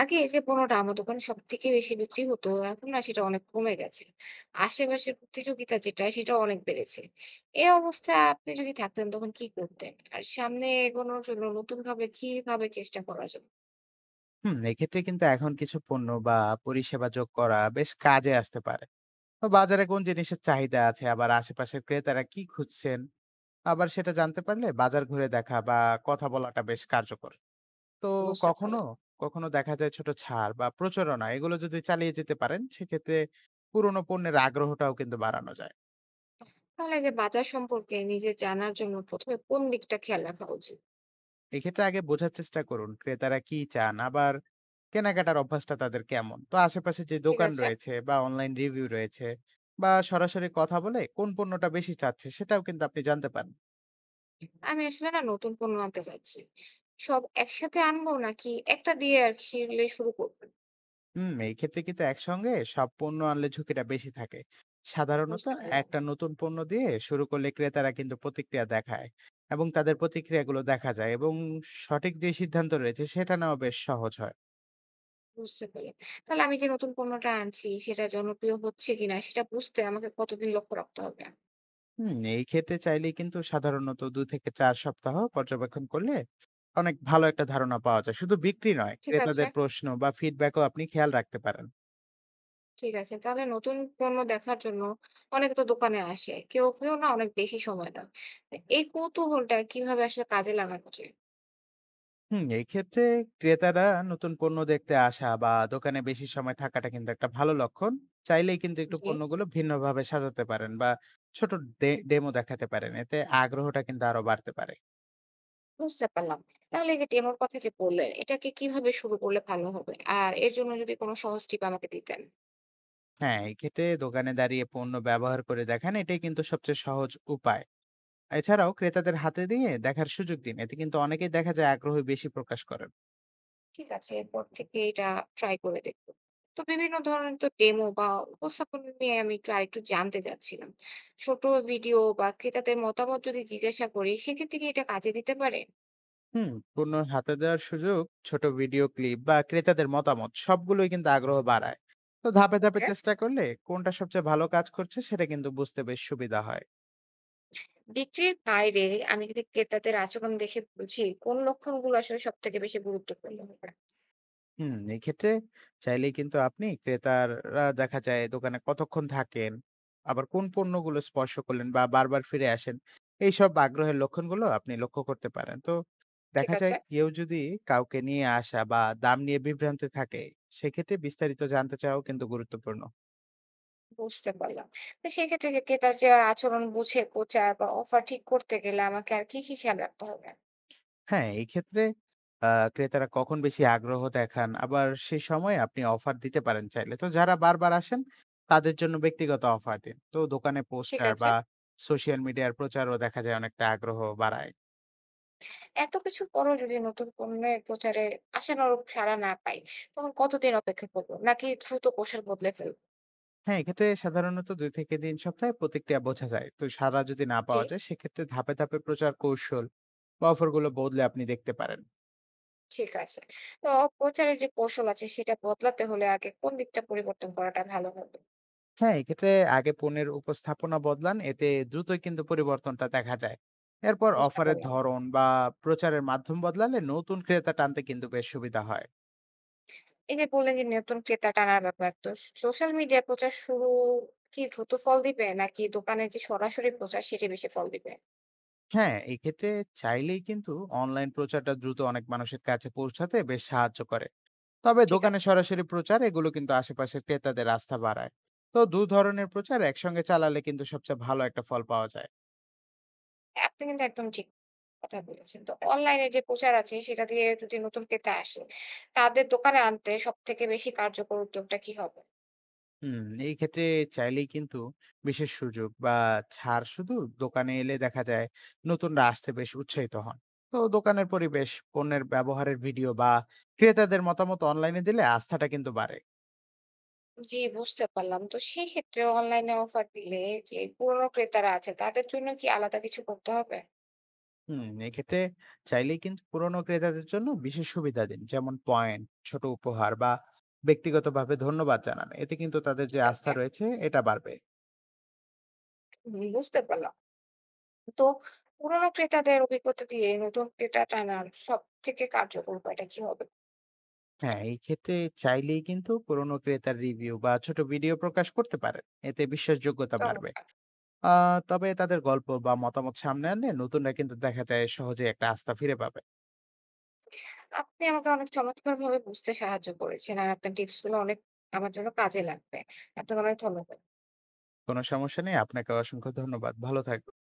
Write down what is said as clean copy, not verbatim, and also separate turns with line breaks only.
আগে যে পণ্যটা আমার দোকানে সবথেকে বেশি বিক্রি হতো, এখন না সেটা অনেক কমে গেছে। আশেপাশের প্রতিযোগিতা যেটা, সেটাও অনেক বেড়েছে। এ অবস্থায় আপনি যদি থাকতেন তখন কি করতেন? আর সামনে এগোনোর জন্য নতুনভাবে কিভাবে চেষ্টা করা যায়?
এক্ষেত্রে কিন্তু এখন কিছু পণ্য বা পরিষেবা যোগ করা বেশ কাজে আসতে পারে। তো বাজারে কোন জিনিসের চাহিদা আছে, আবার আশেপাশের ক্রেতারা কি খুঁজছেন, আবার সেটা জানতে পারলে বাজার ঘুরে দেখা বা কথা বলাটা বেশ কার্যকর। তো
বুঝতে
কখনো
পারলাম।
কখনো দেখা যায় ছোট ছাড় বা প্রচারণা এগুলো যদি চালিয়ে যেতে পারেন, সেক্ষেত্রে পুরোনো পণ্যের আগ্রহটাও কিন্তু বাড়ানো যায়।
তাহলে যে বাজার সম্পর্কে নিজের জানার জন্য ১ম এ কোন দিকটা খেয়াল রাখা উচিত?
এক্ষেত্রে আগে বোঝার চেষ্টা করুন ক্রেতারা কি চান, আবার কেনাকাটার অভ্যাসটা তাদের কেমন। তো আশেপাশে যে
ঠিক
দোকান
আছে?
রয়েছে বা অনলাইন রিভিউ রয়েছে বা সরাসরি কথা বলে কোন পণ্যটা বেশি চাচ্ছে সেটাও কিন্তু আপনি জানতে পারেন।
আমি আসলে না নতুন পণ্য আনতে চাচ্ছি। সব একসাথে আনবো নাকি একটা দিয়ে আসলে শুরু করব?
এই ক্ষেত্রে কিন্তু একসঙ্গে সব পণ্য আনলে ঝুঁকিটা বেশি থাকে সাধারণত।
বুঝতে পারলাম।
একটা নতুন পণ্য দিয়ে শুরু করলে ক্রেতারা কিন্তু প্রতিক্রিয়া দেখায়, এবং তাদের প্রতিক্রিয়াগুলো দেখা যায়, এবং সঠিক যে সিদ্ধান্ত রয়েছে সেটা নেওয়া বেশ সহজ হয়।
বুঝতে পারলাম। তাহলে আমি যে নতুন পণ্যটা আনছি সেটা জনপ্রিয় হচ্ছে কিনা সেটা বুঝতে আমাকে কতদিন লক্ষ্য রাখতে হবে?
এই ক্ষেত্রে চাইলে কিন্তু সাধারণত 2 থেকে 4 সপ্তাহ পর্যবেক্ষণ করলে অনেক ভালো একটা ধারণা পাওয়া যায়। শুধু বিক্রি নয়,
ঠিক আছে,
ক্রেতাদের প্রশ্ন বা ফিডব্যাকও আপনি খেয়াল রাখতে পারেন।
ঠিক আছে। তাহলে নতুন পণ্য দেখার জন্য অনেকে তো দোকানে আসে। কেউ, কেউ না অনেক বেশি সময় নেয়। তো এই কৌতূহলটা কিভাবে আসলে কাজে লাগানো যায়?
এই ক্ষেত্রে ক্রেতারা নতুন পণ্য দেখতে আসা বা দোকানে বেশি সময় থাকাটা কিন্তু একটা ভালো লক্ষণ। চাইলেই কিন্তু একটু
জি,
পণ্যগুলো ভিন্নভাবে সাজাতে পারেন বা ছোট ডেমো দেখাতে পারেন। এতে আগ্রহটা কিন্তু আরো বাড়তে পারে।
বুঝতে পারলাম। তাহলে এই যে ডেমোর কথা যে বললেন, এটাকে কিভাবে শুরু করলে ভালো হবে? আর এর জন্য যদি কোনো সহজ টিপ আমাকে দিতেন।
হ্যাঁ, এই ক্ষেত্রে দোকানে দাঁড়িয়ে পণ্য ব্যবহার করে দেখান, এটাই কিন্তু সবচেয়ে সহজ উপায়। এছাড়াও ক্রেতাদের হাতে দিয়ে দেখার সুযোগ দিন, এতে কিন্তু অনেকেই দেখা যায় আগ্রহ বেশি প্রকাশ করেন।
ঠিক আছে, এরপর থেকে এটা ট্রাই করে দেখব। তো বিভিন্ন ধরনের তো ডেমো বা উপস্থাপনা নিয়ে আমি একটু আরেকটু জানতে চাচ্ছিলাম। ছোট ভিডিও বা ক্রেতাদের মতামত যদি জিজ্ঞাসা করি, সেক্ষেত্রে কি এটা কাজে দিতে পারে?
পণ্য হাতে দেওয়ার সুযোগ, ছোট ভিডিও ক্লিপ বা ক্রেতাদের মতামত, সবগুলোই কিন্তু আগ্রহ বাড়ায়। তো ধাপে ধাপে
ওকে।
চেষ্টা করলে কোনটা সবচেয়ে ভালো কাজ করছে সেটা কিন্তু বুঝতে বেশ সুবিধা হয়।
বিক্রির বাইরে আমি যদি ক্রেতাদের আচরণ দেখে বুঝি কোন লক্ষণগুলো আসলে সব থেকে বেশি গুরুত্বপূর্ণ হবে।
এক্ষেত্রে চাইলেই কিন্তু আপনি ক্রেতারা দেখা যায় দোকানে কতক্ষণ থাকেন, আবার কোন পণ্যগুলো স্পর্শ করলেন বা বারবার ফিরে আসেন, এইসব আগ্রহের লক্ষণগুলো আপনি লক্ষ্য করতে পারেন। তো
ঠিক
দেখা যায়
আছে,
কেউ যদি কাউকে নিয়ে আসা বা দাম নিয়ে বিভ্রান্তি থাকে, সেক্ষেত্রে বিস্তারিত জানতে চাওয়াও কিন্তু গুরুত্বপূর্ণ।
বুঝতে পারলাম। তো সেক্ষেত্রে যে ক্রেতার যে আচরণ বুঝে প্রচার বা অফার ঠিক করতে গেলে আমাকে আর কি, কি খেয়াল রাখতে হবে?
হ্যাঁ, এক্ষেত্রে আ ক্রেতারা কখন বেশি আগ্রহ দেখান, আবার সে সময়ে আপনি অফার দিতে পারেন চাইলে। তো যারা বারবার আসেন, তাদের জন্য ব্যক্তিগত অফার দিন। তো দোকানে
ঠিক
পোস্টার
আছে।
বা সোশ্যাল মিডিয়ার প্রচারও দেখা যায় অনেকটা আগ্রহ বাড়ায়।
এত কিছুর পরেও যদি নতুন পণ্যের প্রচারে আশানুরূপ সাড়া না পাই, তখন কতদিন অপেক্ষা করব? নাকি দ্রুত কৌশল বদলে ফেলব?
হ্যাঁ, এক্ষেত্রে সাধারণত ২ থেকে ৩ সপ্তাহে প্রতিক্রিয়া বোঝা যায়। তো সাড়া যদি না
জি,
পাওয়া যায়, সেক্ষেত্রে ধাপে, ধাপে প্রচার কৌশল বা অফারগুলো বদলে আপনি দেখতে পারেন।
ঠিক আছে। তো প্রচারের যে কৌশল আছে সেটা বদলাতে হলে আগে কোন দিকটা পরিবর্তন করাটা ভালো হবে?
হ্যাঁ, এক্ষেত্রে আগে পণ্যের উপস্থাপনা বদলান, এতে দ্রুতই কিন্তু পরিবর্তনটা দেখা যায়। এরপর
বুঝতে
অফারের
পারলাম।
ধরন বা প্রচারের মাধ্যম বদলালে নতুন ক্রেতা টানতে কিন্তু বেশ সুবিধা হয়।
এই যে বললেন যে নতুন ক্রেতা টানার ব্যাপার, তো সোশ্যাল মিডিয়ায় প্রচার শুরু কি দ্রুত ফল দিবে? নাকি দোকানে যে সরাসরি প্রচার সেটি বেশি ফল দিবে?
হ্যাঁ, এক্ষেত্রে চাইলেই কিন্তু অনলাইন প্রচারটা দ্রুত অনেক মানুষের কাছে পৌঁছাতে বেশ সাহায্য করে। তবে
ঠিক
দোকানে
আছে।
সরাসরি প্রচার এগুলো কিন্তু আশেপাশের ক্রেতাদের আস্থা বাড়ায়। তো দু ধরনের প্রচার একসঙ্গে চালালে কিন্তু সবচেয়ে ভালো একটা ফল পাওয়া যায়।
হ্যাঁ, আপনি কিন্তু একদম ঠিক কথা বলেছেন। তো অনলাইনে যে প্রচার আছে সেটা দিয়ে যদি নতুন ক্রেতা আসে, তাদের দোকানে আনতে সবথেকে বেশি কার্যকর উদ্যোগটা কি হবে?
হুম, এই ক্ষেত্রে চাইলেই কিন্তু বিশেষ সুযোগ বা ছাড় শুধু দোকানে এলে দেখা যায় নতুনরা আসতে বেশ উৎসাহিত হন। তো দোকানের পরিবেশ, পণ্যের ব্যবহারের ভিডিও বা ক্রেতাদের মতামত অনলাইনে দিলে আস্থাটা কিন্তু বাড়ে।
জি, বুঝতে পারলাম। তো সেই ক্ষেত্রে অনলাইনে অফার দিলে যে পুরনো ক্রেতারা আছে তাদের জন্য কি আলাদা কিছু করতে হবে?
এক্ষেত্রে চাইলেই কিন্তু পুরনো ক্রেতাদের জন্য বিশেষ সুবিধা দিন, যেমন পয়েন্ট, ছোট উপহার বা ব্যক্তিগতভাবে ধন্যবাদ জানান, এতে কিন্তু তাদের যে
ঠিক
আস্থা
আছে।
রয়েছে এটা বাড়বে।
হুম, বুঝতে পারলাম। তো পুরনো ক্রেতাদের অভিজ্ঞতা দিয়ে নতুন ক্রেতা টানার সবথেকে কার্যকর উপায়টা কি হবে?
হ্যাঁ, এই ক্ষেত্রে চাইলেই কিন্তু পুরনো ক্রেতার রিভিউ বা ছোট ভিডিও প্রকাশ করতে পারেন, এতে বিশ্বাসযোগ্যতা বাড়বে।
চমৎকার।
আ তবে তাদের গল্প বা মতামত সামনে আনলে নতুনরা কিন্তু দেখা যায় সহজেই একটা আস্থা ফিরে পাবে।
আপনি আমাকে অনেক চমৎকারভাবে বুঝতে সাহায্য করেছেন। আর আপনার টিপস গুলো অনেক আমার জন্য কাজে লাগবে। আপনাকে অনেক ধন্যবাদ।
কোনো সমস্যা নেই। আপনাকে অসংখ্য ধন্যবাদ। ভালো থাকবেন।